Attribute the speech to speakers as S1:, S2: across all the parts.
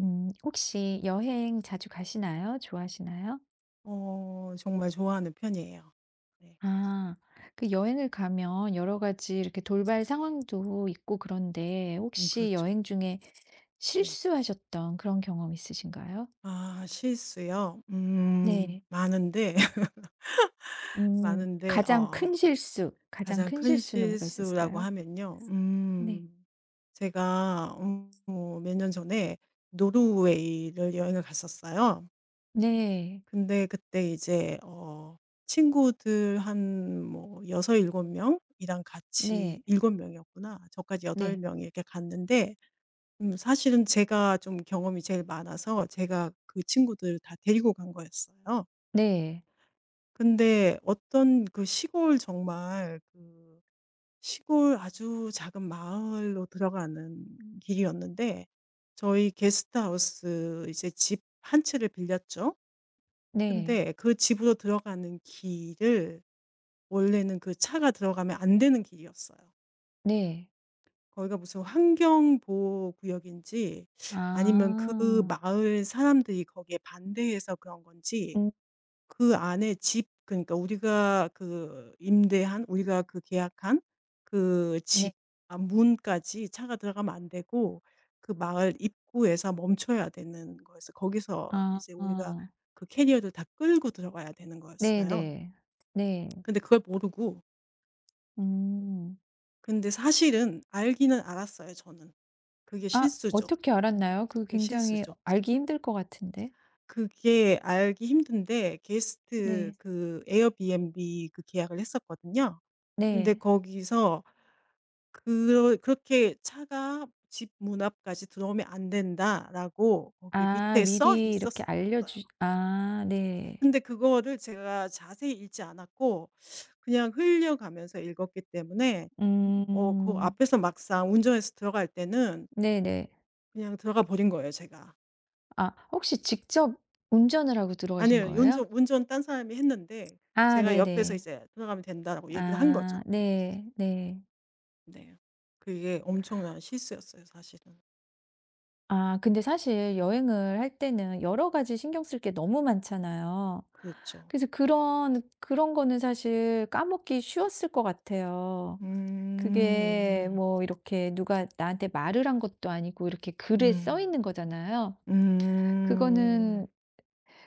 S1: 혹시 여행 자주 가시나요? 좋아하시나요?
S2: 정말 좋아하는 편이에요. 네.
S1: 아, 그 여행을 가면 여러 가지 이렇게 돌발 상황도 있고 그런데 혹시
S2: 그렇죠.
S1: 여행 중에
S2: 네.
S1: 실수하셨던 그런 경험 있으신가요?
S2: 아 실수요?
S1: 네.
S2: 많은데, 많은데
S1: 가장 큰 실수, 가장
S2: 가장
S1: 큰
S2: 큰
S1: 실수는 뭐가
S2: 실수라고
S1: 있었을까요?
S2: 하면요.
S1: 네.
S2: 제가 몇 년 전에 노르웨이를 여행을 갔었어요.
S1: 네.
S2: 근데 그때 이제 친구들 한 뭐 6-7 명이랑 같이
S1: 네.
S2: 7 명이었구나. 저까지 8
S1: 네.
S2: 명이 이렇게 갔는데 사실은 제가 좀 경험이 제일 많아서 제가 그 친구들 다 데리고 간 거였어요.
S1: 네.
S2: 근데 어떤 그 시골 정말 시골 아주 작은 마을로 들어가는 길이었는데 저희 게스트하우스 이제 집 한 채를 빌렸죠.
S1: 네.
S2: 근데 그 집으로 들어가는 길을 원래는 그 차가 들어가면 안 되는 길이었어요.
S1: 네.
S2: 거기가 무슨 환경 보호 구역인지 아니면 그
S1: 아.
S2: 마을 사람들이 거기에 반대해서 그런 건지
S1: 음.
S2: 그 안에 집 그러니까 우리가 그 임대한 우리가 그 계약한 그
S1: 네.
S2: 집 아 문까지 차가 들어가면 안 되고 그 마을 입구에서 멈춰야 되는 거였어요. 거기서 이제 우리가
S1: 아.
S2: 그 캐리어를 다 끌고 들어가야 되는
S1: 네네.
S2: 거였어요.
S1: 네. 네. 네.
S2: 근데 그걸 모르고
S1: 음.
S2: 근데 사실은 알기는 알았어요 저는. 그게
S1: 아,
S2: 실수죠.
S1: 어떻게 알았나요? 그거
S2: 그게
S1: 굉장히
S2: 실수죠.
S1: 알기 힘들 것 같은데.
S2: 그게 알기 힘든데 게스트
S1: 네.
S2: 그 에어비앤비 그 계약을 했었거든요. 근데
S1: 네.
S2: 거기서 그렇게 "차가 집 문 앞까지 들어오면 안 된다."라고 거기
S1: 아,
S2: 밑에 써
S1: 미리 이렇게
S2: 있었어요.
S1: 알려주 아 네.
S2: 근데 그거를 제가 자세히 읽지 않았고 그냥 흘려가면서 읽었기 때문에 그
S1: 음.
S2: 앞에서 막상 운전해서 들어갈 때는
S1: 네네.
S2: 그냥 들어가 버린 거예요 제가.
S1: 아, 혹시 직접 운전을 하고 들어가신
S2: 아니에요.
S1: 거예요?
S2: 운전 딴 사람이 했는데
S1: 아
S2: 제가 옆에서
S1: 네네.
S2: 이제 "돌아가면 된다."라고 얘기를 한 거죠.
S1: 아 네. 네.
S2: 네. 그게 엄청난 실수였어요 사실은.
S1: 아, 근데 사실 여행을 할 때는 여러 가지 신경 쓸 게 너무 많잖아요.
S2: 그렇죠.
S1: 그래서 그런 그런 거는 사실 까먹기 쉬웠을 것 같아요. 그게
S2: 음.
S1: 뭐 이렇게 누가 나한테 말을 한 것도 아니고 이렇게 글에 써
S2: 음.
S1: 있는 거잖아요.
S2: 음.
S1: 그거는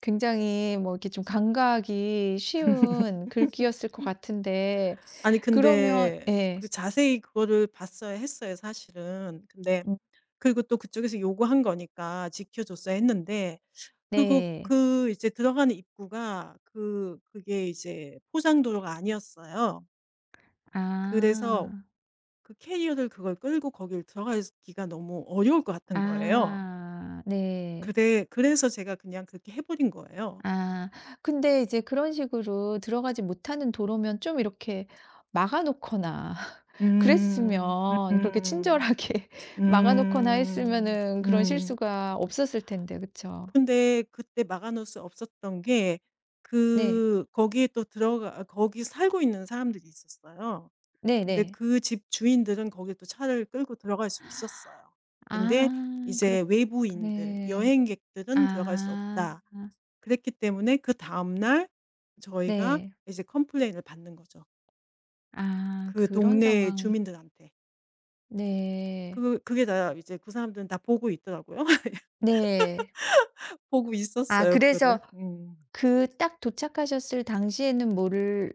S1: 굉장히 뭐 이렇게 좀 간과하기 쉬운 글귀였을 것 같은데.
S2: 아니
S1: 그러면
S2: 근데
S1: 예.
S2: 그 자세히 그거를 봤어야 했어요 사실은. 근데
S1: 음.
S2: 그리고 또 그쪽에서 요구한 거니까 지켜 줬어야 했는데 그리고
S1: 네.
S2: 그 이제 들어가는 입구가 그 그게 이제 포장도로가 아니었어요. 그래서
S1: 아.
S2: 그 캐리어를 그걸 끌고 거길 들어가기가 너무 어려울 것 같은 거예요.
S1: 아. 네.
S2: 그래 그래서 제가 그냥 그렇게 해 버린 거예요.
S1: 아. 근데 이제 그런 식으로 들어가지 못하는 도로면 좀 이렇게 막아 놓거나
S2: 음.
S1: 그랬으면, 그렇게
S2: 음.
S1: 친절하게
S2: 음.
S1: 막아 놓거나
S2: 음.
S1: 했으면은 그런
S2: 음.
S1: 실수가 없었을 텐데, 그쵸?
S2: 근데 그때 막아 놓을 수 없었던 게
S1: 네.
S2: 그 거기에 또 들어가 거기 살고 있는 사람들이 있었어요.
S1: 네
S2: 근데
S1: 네.
S2: 그 집 주인들은 거기에 또 차를 끌고 들어갈 수 있었어요. 근데
S1: 아 그렇
S2: 이제 외부인들,
S1: 네.
S2: 여행객들은 들어갈 수
S1: 아
S2: 없다. 그랬기 때문에 그다음 날 저희가
S1: 네.
S2: 이제 컴플레인을 받는 거죠.
S1: 아,
S2: 그
S1: 그런
S2: 동네
S1: 상황이
S2: 주민들한테.
S1: 네.
S2: 그 그게 다 이제 그 사람들은 다 보고 있더라고요.
S1: 네.
S2: 보고
S1: 아,
S2: 있었어요 그거를.
S1: 그래서
S2: 음. 음.
S1: 그 딱 도착하셨을 당시에는 뭐를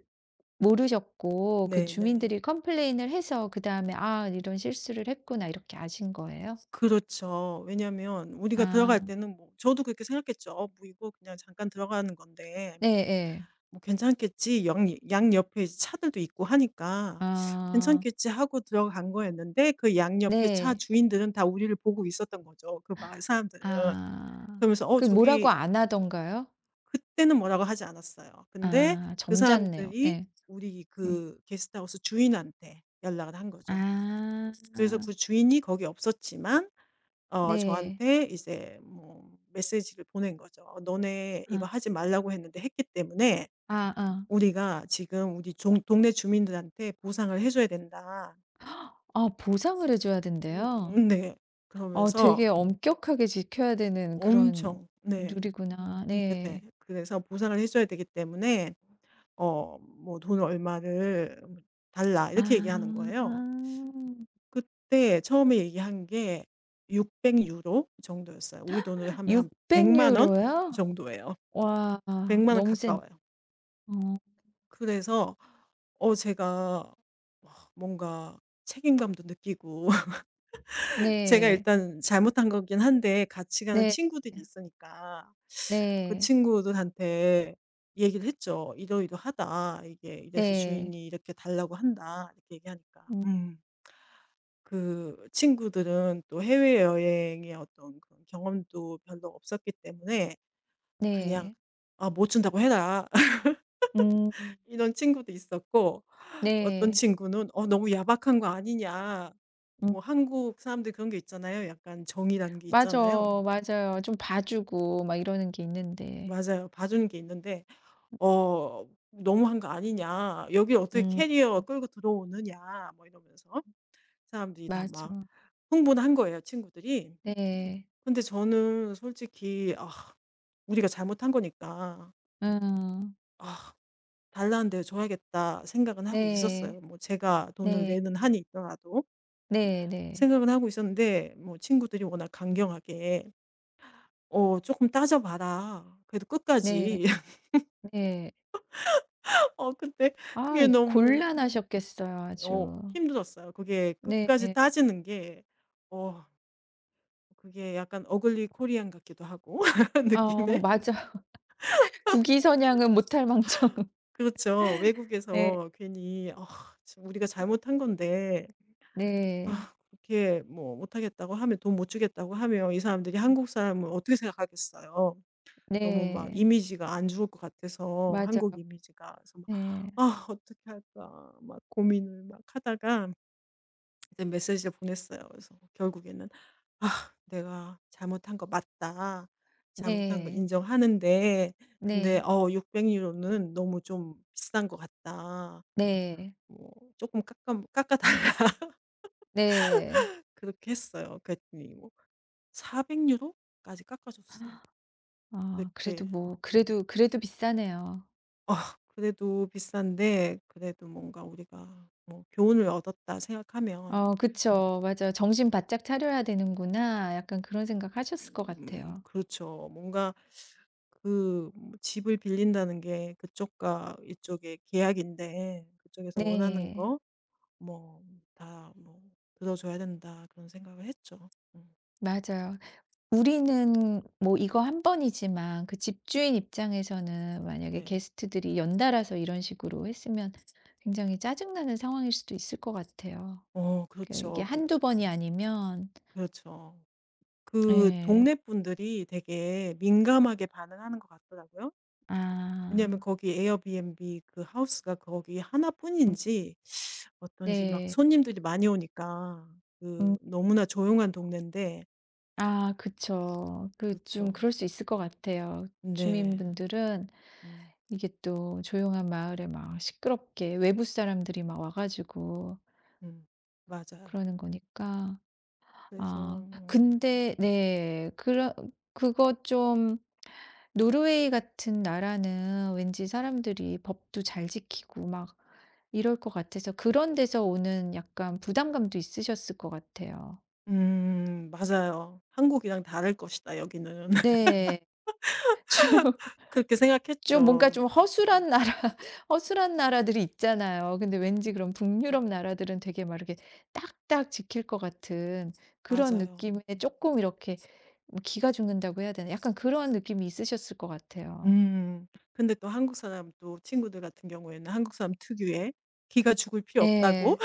S1: 모르셨고, 그
S2: 네네.
S1: 주민들이 컴플레인을 해서 그다음에 '아, 이런 실수를 했구나.' 이렇게 아신 거예요?
S2: 그렇죠. 왜냐면 우리가 들어갈
S1: 아
S2: 때는 뭐 저도 그렇게 생각했죠. 뭐 이거 그냥 잠깐 들어가는 건데
S1: 네예.
S2: 뭐 괜찮겠지.' 양 양옆에 이제 차들도 있고 하니까
S1: 아
S2: '괜찮겠지.' 하고 들어간 거였는데 그 양옆에 차
S1: 네.
S2: 주인들은 다 우리를 보고 있었던 거죠, 그 마을 사람들은.
S1: 아.
S2: 그러면서
S1: 그 뭐라고
S2: 저기
S1: 안 하던가요?
S2: 그때는 뭐라고 하지 않았어요. 근데
S1: 아,
S2: 그
S1: 점잖네요.
S2: 사람들이
S1: 네.
S2: 우리
S1: 네.
S2: 그 게스트하우스 주인한테 연락을 한 거죠.
S1: 아
S2: 그래서 그 주인이 거기 없었지만
S1: 네.
S2: 저한테 이제 뭐 메시지를 보낸 거죠. "어, "너네 이거
S1: 아
S2: 하지 말라고 했는데 했기 때문에
S1: 아아. 아.
S2: 우리가 지금 우리 종 동네 주민들한테 보상을 해 줘야 된다."
S1: 아, 보상을 해 줘야 된대요?
S2: 음음 네.
S1: 어, 되게
S2: 그러면서
S1: 엄격하게 지켜야 되는 그런
S2: 엄청 네.
S1: 룰이구나.
S2: 네네.
S1: 네.
S2: 그래서 "보상을 해 줘야 되기 때문에 뭐 "돈 얼마를 뭐 달라." 이렇게 얘기하는
S1: 아.
S2: 거예요. 그때 처음에 얘기한 게 600 유로 정도였어요. 우리 돈으로 하면 한 1
S1: 육백
S2: 0 0원
S1: 유로요?
S2: 정도예요.
S1: 와,
S2: 1 0 0 원
S1: 너무 센
S2: 가까워요.
S1: 어
S2: 그래서 제가 와, 뭔가 책임감도 느끼고 제가
S1: 네.
S2: 일단 잘못한 거긴 한데 같이 가는
S1: 네.
S2: 친구들이 있으니까 그
S1: 네.
S2: 친구들한테 얘기를 했죠. "이러이러하다. 이게 이래서
S1: 네.
S2: 주인이 이렇게 달라고 한다." 이렇게 얘기하니까
S1: 음.
S2: 그 친구들은 또 해외여행의 어떤 그런 경험도 별로 없었기 때문에 그냥
S1: 네.
S2: "아 못 준다고 해라."
S1: 음.
S2: 이런 친구도 있었고 어떤
S1: 네.
S2: 친구는 너무 야박한 거 아니냐."
S1: 음
S2: 뭐 한국 사람들 그런 게 있잖아요. 약간 정이라는 게
S1: 맞아.
S2: 있잖아요.
S1: 맞아요. 좀 봐 주고 막 이러는 게 있는데.
S2: 맞아요. 봐주는 게 있는데 "너무한 거 아니냐. 여기 어떻게
S1: 음
S2: 캐리어 끌고 들어오느냐." 뭐 이러면서 사람들이 다 막
S1: 맞아.
S2: 흥분한 거예요, 친구들이.
S1: 네.
S2: 근데 저는 솔직히 '아 우리가 잘못한 거니까
S1: 음.
S2: 아 달라는 데 줘야겠다.' 생각은 하고
S1: 네.
S2: 있었어요. 뭐 제가 돈을
S1: 네.
S2: 내는 한이 있더라도
S1: 네 네.
S2: 생각은 하고 있었는데 뭐 친구들이 워낙 강경하게 조금 따져 봐라. 그래도
S1: 네.
S2: 끝까지."
S1: 네. 네.
S2: 근데 그게
S1: 아,
S2: 너무
S1: 곤란하셨겠어요 아주.
S2: 힘들었어요. 그게
S1: 네.
S2: 끝까지 따지는 게 어 그게 약간 어글리 코리안 같기도 하고
S1: 어,
S2: 느낌에.
S1: 맞아. 국위 선양은 못할 망정.
S2: 그렇죠.
S1: 네.
S2: 외국에서 괜히 지금 우리가 잘못한 건데
S1: 네.
S2: 아 그렇게 뭐 못하겠다고 하면 돈 못 주겠다고 하면 이 사람들이 한국 사람을 어떻게 생각하겠어요.' 너무 막
S1: 네.
S2: 이미지가 안 좋을 것 같아서 한국
S1: 맞아요.
S2: 이미지가. 그래서 막
S1: 네.
S2: '아 어떻게 할까.' 막 고민을 막 하다가 이제 메시지를 보냈어요. 그래서 결국에는 '아 내가 잘못한 거 맞다. 잘못한 거
S1: 네.
S2: 인정하는데 근데
S1: 네.
S2: 600 유로는 너무 좀 비싼 것 같다.
S1: 네.
S2: 뭐 조금 깎아 달라.'
S1: 네.
S2: 그렇게 했어요. 그랬더니 뭐 400 유로까지 깎아 줬어요.
S1: 아, 그래도
S2: 그렇게
S1: 뭐 그래도 그래도 비싸네요.
S2: 어, 그래도 비싼데 그래도 뭔가 우리가 뭐 '교훈을 얻었다.' 생각하면
S1: 어 그쵸. 맞아요. '정신 바짝 차려야 되는구나.' 약간 그런 생각하셨을 것 같아요.
S2: 그렇죠. 뭔가 그뭐 집을 빌린다는 게 그쪽과 이쪽의 계약인데 그쪽에서 원하는
S1: 네.
S2: 거 뭐 다 뭐 들어줘야 된다 그런 생각을 했죠. 음
S1: 맞아요. 우리는 뭐 이거 한 번이지만 그 집주인 입장에서는 만약에
S2: 네.
S1: 게스트들이 연달아서 이런 식으로 했으면 굉장히 짜증나는 상황일 수도 있을 것 같아요. 그 이게
S2: 그렇죠. 그
S1: 한두 번이 아니면
S2: 그렇죠. 그
S1: 예.
S2: 동네 분들이 되게 민감하게 반응하는 것 같더라고요. 왜냐하면
S1: 아.
S2: 거기 에어비앤비 그 하우스가 거기 하나뿐인지 어떤지 막
S1: 네.
S2: 손님들이 많이 오니까 그
S1: 음.
S2: 너무나 조용한 동네인데
S1: 아 그쵸. 그 좀
S2: 그렇죠.
S1: 그럴 수 있을 것 같아요.
S2: 네.
S1: 주민분들은
S2: 음.
S1: 이게 또 조용한 마을에 막 시끄럽게 외부 사람들이 막 와 가지고
S2: 음. 맞아요.
S1: 그러는 거니까.
S2: 그래서
S1: 아,
S2: 뭐
S1: 근데 네. 그런 그거 좀 노르웨이 같은 나라는 왠지 사람들이 법도 잘 지키고 막 이럴 것 같아서 그런 데서 오는 약간 부담감도 있으셨을 것 같아요.
S2: 맞아요. '한국이랑 다를 것이다 여기는.'
S1: 네. 주
S2: 그렇게
S1: 좀 뭔가
S2: 생각했죠.
S1: 좀 허술한 나라 허술한 나라들이 있잖아요. 근데 왠지
S2: 음
S1: 그럼 북유럽 나라들은 되게 막 이렇게 딱딱 지킬 것 같은 그런
S2: 맞아요.
S1: 느낌에 조금 이렇게 뭐 기가 죽는다고 해야 되나? 약간 그런 느낌이 있으셨을 것 같아요.
S2: 음. 근데 또 한국 사람 또 친구들 같은 경우에는 한국 사람 특유의 "기가 죽을 필요 없다."고
S1: 예.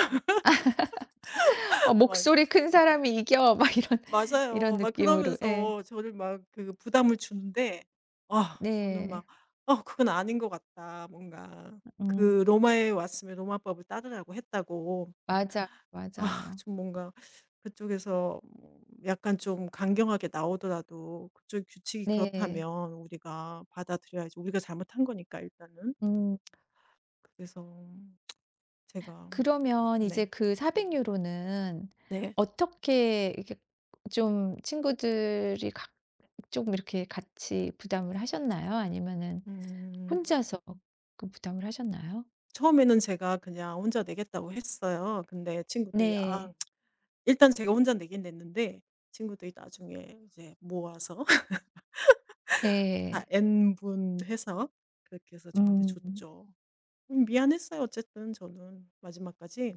S1: 어
S2: 막
S1: '목소리 큰 사람이 이겨.' 막 이런 이런
S2: 맞아요. 막
S1: 느낌으로 예.
S2: 그러면서 저를 막 그 부담을 주는데 아 저는 막
S1: 네.
S2: 그건 아닌 것 같다.' 뭔가
S1: 음
S2: 그 로마에 왔으면 로마법을 따르라고 했다고
S1: 맞아
S2: 아
S1: 맞아요.
S2: 좀 뭔가 그쪽에서 뭐 약간 좀 강경하게 나오더라도 그쪽 규칙이
S1: 네.
S2: 그렇다면 우리가 받아들여야지. 우리가 잘못한 거니까 일단은.
S1: 음.
S2: 그래서 제가
S1: 그러면 이제
S2: 네.
S1: 그 400 유로는
S2: 네.
S1: 어떻게 이렇게 좀 친구들이 각 좀 이렇게 같이 부담을 하셨나요? 아니면은
S2: 음
S1: 혼자서 그 부담을 하셨나요?
S2: 처음에는 제가 그냥 혼자 내겠다고 했어요. 근데 친구들이 "아."
S1: 네.
S2: 일단 제가 혼자 내긴 냈는데 친구들이 나중에 이제 모아서 다
S1: 네.
S2: N 분해서 그렇게 해서 저한테
S1: 음.
S2: 줬죠. 미안했어요 어쨌든 저는 마지막까지.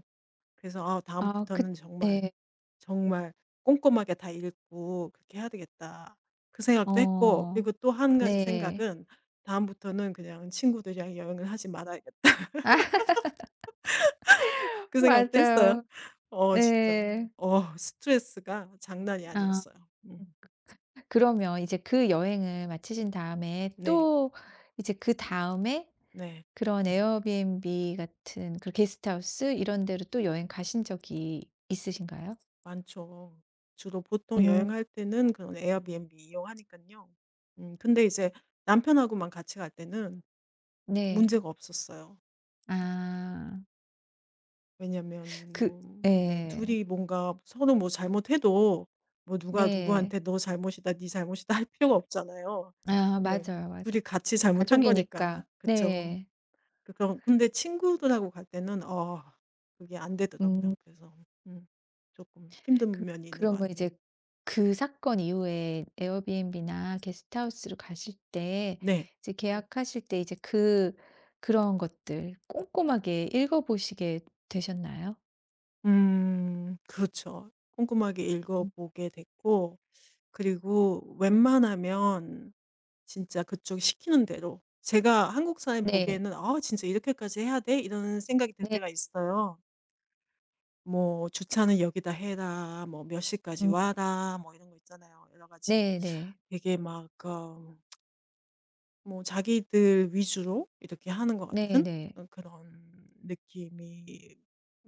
S2: 그래서 '아
S1: 아 그
S2: 다음부터는 정말,
S1: 네.
S2: 정말 꼼꼼하게 다 읽고 그렇게 해야 되겠다.' 그 생각도 했고
S1: 어.
S2: 그리고 또 한 가지
S1: 네.
S2: 생각은 '다음부터는 그냥 친구들이랑 여행을 하지 말아야겠다.'
S1: 아
S2: 그 생각도 했어요.
S1: 맞아요.
S2: 진짜.
S1: 네.
S2: 스트레스가 장난이
S1: 아,
S2: 아니었어요. 음.
S1: 그러면 이제 그 여행을 마치신 다음에
S2: 네.
S1: 또 이제 그다음에
S2: 네.
S1: 그런 에어비앤비 같은 그 게스트하우스 이런 데로 또 여행 가신 적이 있으신가요?
S2: 많죠. 주로 보통
S1: 음.
S2: 여행할 때는 그런 에어비앤비 이용하니까요 근데 이제 남편하고만 같이 갈 때는
S1: 네.
S2: 문제가 없었어요.
S1: 아.
S2: 왜냐면
S1: 그
S2: 뭐 네
S1: 예.
S2: 둘이 뭔가 서로 뭐 잘못해도 뭐 누가
S1: 네.
S2: 누구한테 "너 잘못이다. 네 잘못이다." 할 필요가 없잖아요.
S1: 아
S2: 그냥
S1: 맞아요, 맞아요.
S2: 둘이 같이 잘못한 거니까.
S1: 가족이니까.
S2: 그쵸.
S1: 네.
S2: 그- 그런 근데 친구들하고 갈 때는 그게 안 되더라고요.
S1: 음.
S2: 그래서 음금 힘든
S1: 그
S2: 면이 있는 것
S1: 그러면
S2: 같아요.
S1: 이제 그 사건 이후에 에어비앤비나 게스트하우스로 가실 때
S2: 네.
S1: 이제 계약하실 때 이제 그 그런 것들 꼼꼼하게 읽어 보시게 되셨나요?
S2: 그렇죠. 꼼꼼하게
S1: 음.
S2: 읽어보게 됐고 그리고 웬만하면 진짜 그쪽이 시키는 대로 제가 한국 사람이
S1: 네.
S2: 보기에는 '아 진짜 이렇게까지 해야 돼?' 이런 생각이 들
S1: 네.
S2: 때가 있어요. 뭐 "주차는 여기다 해라." 뭐 "몇 시까지
S1: 음.
S2: 와라." 뭐 이런 거 있잖아요. 여러 가지
S1: 네네.
S2: 되게 막 뭐 자기들 위주로 이렇게 하는 것 같은
S1: 네네.
S2: 그런 느낌이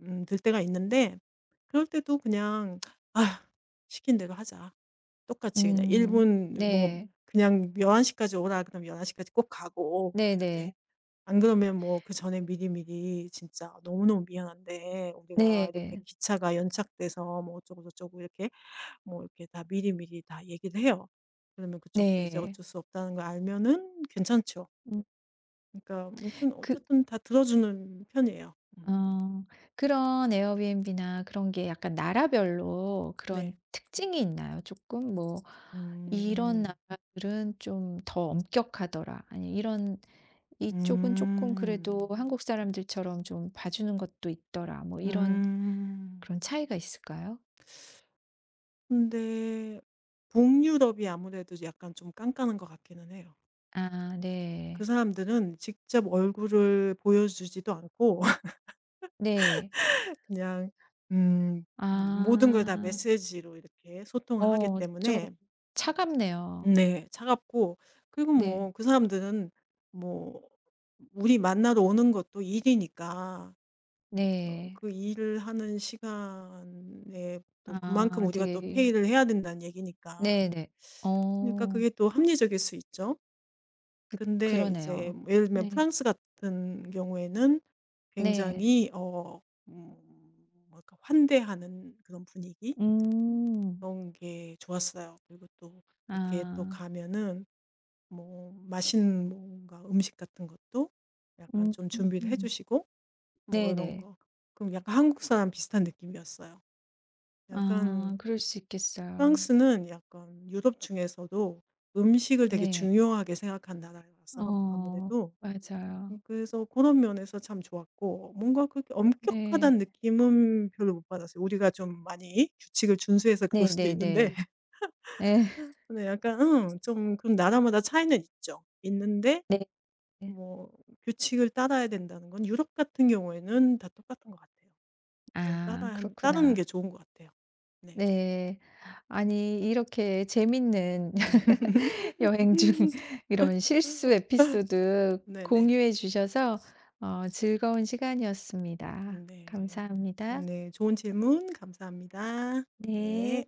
S2: 들 때가 있는데 그럴 때도 그냥 아 시킨 대로 하자.' 똑같이 그냥
S1: 음.
S2: 일본 뭐
S1: 네.
S2: 그냥 1 1시 까지 오라 그러면 1 1시 까지 꼭 가고 뭐 이렇게.
S1: 네네.
S2: 안 그러면 뭐 그전에 미리미리 진짜 "너무너무 미안한데 우리가
S1: 네.
S2: 이렇게 기차가 연착돼서 뭐 어쩌고저쩌고 이렇게 뭐 이렇게 다 미리미리 다 얘기를 해요." 그러면 그쪽도 이제
S1: 네.
S2: 어쩔 수 없다는 걸 알면은 괜찮죠.
S1: 음
S2: 그러니까 뭐 그건
S1: 그
S2: 어쨌든 다 들어주는 편이에요. 음.
S1: 어 그런 에어비앤비나 그런 게 약간 나라별로
S2: 네.
S1: 그런 특징이 있나요? 쪼끔 뭐 '이런
S2: 음.
S1: 나라들은 좀 더 엄격하더라.' 아니 이런 '이쪽은 쪼끔 그래도
S2: 음.
S1: 한국 사람들처럼 좀 봐주는 것도 있더라.' 뭐 이런
S2: 음.
S1: 그런 차이가 있을까요?
S2: 근데 북유럽이 아무래도 약간 좀 깐깐한 것 같기는 해요.
S1: 아
S2: 그
S1: 네.
S2: 사람들은 직접 얼굴을 보여주지도 않고
S1: 네.
S2: 그냥 음 모든 걸 다
S1: 아.
S2: 메시지로 이렇게 소통을 하기
S1: 어, 좀
S2: 때문에
S1: 차갑네요.
S2: 네 차갑고 그리고
S1: 네.
S2: 뭐 그 사람들은 뭐 우리 만나러 오는 것도 일이니까
S1: 네.
S2: 그 일을 하는 시간에 또 그만큼
S1: 아,
S2: 우리가 또
S1: 되게
S2: 페이를 해야 된다는 얘기니까.
S1: 네네.
S2: 그러니까
S1: 어,
S2: 그게 또 합리적일 수 있죠. 근데 이제
S1: 그러네요.
S2: 뭐 예를 들면
S1: 네.
S2: 프랑스 같은 경우에는
S1: 네.
S2: 굉장히 음 뭐랄까 환대하는 그런 분위기
S1: 음.
S2: 그런 게 좋았어요. 그리고 또 이렇게 또
S1: 아.
S2: 가면은 뭐 맛있는 뭔가 음식 같은 것도 약간
S1: 음.
S2: 좀 준비를 해 주시고 뭐 이런
S1: 네네.
S2: 거. 그럼 약간 한국 사람 비슷한 느낌이었어요. 약간
S1: 아, 그럴 수 있겠어요.
S2: 프랑스는 약간 유럽 중에서도 음식을 되게
S1: 네.
S2: 중요하게 생각한 나라라서
S1: 어,
S2: 아무래도
S1: 맞아요.
S2: 그래서 그런 면에서 참 좋았고 뭔가 그렇게
S1: 네.
S2: 엄격하다는 느낌은 별로 못 받았어요. 우리가 좀 많이 규칙을 준수해서 그럴 수도 있는데
S1: 네네네. 네,
S2: 근데 약간 좀 그럼 나라마다 차이는 있죠. 있는데
S1: 네.
S2: 뭐 규칙을 따라야 된다는 건 유럽 같은 경우에는 다 똑같은 것 같아요. 그건 따
S1: 아,
S2: 라 따르는 게
S1: 그렇구나.
S2: 좋은 것 같아요. 네.
S1: 네. 아니 이렇게 재밌는 여행 중 이런 실수 에피소드
S2: 네네.
S1: 공유해 주셔서 어, 즐거운 시간이었습니다.
S2: 네.
S1: 감사합니다.
S2: 네. 좋은 질문 감사합니다. 네.
S1: 네.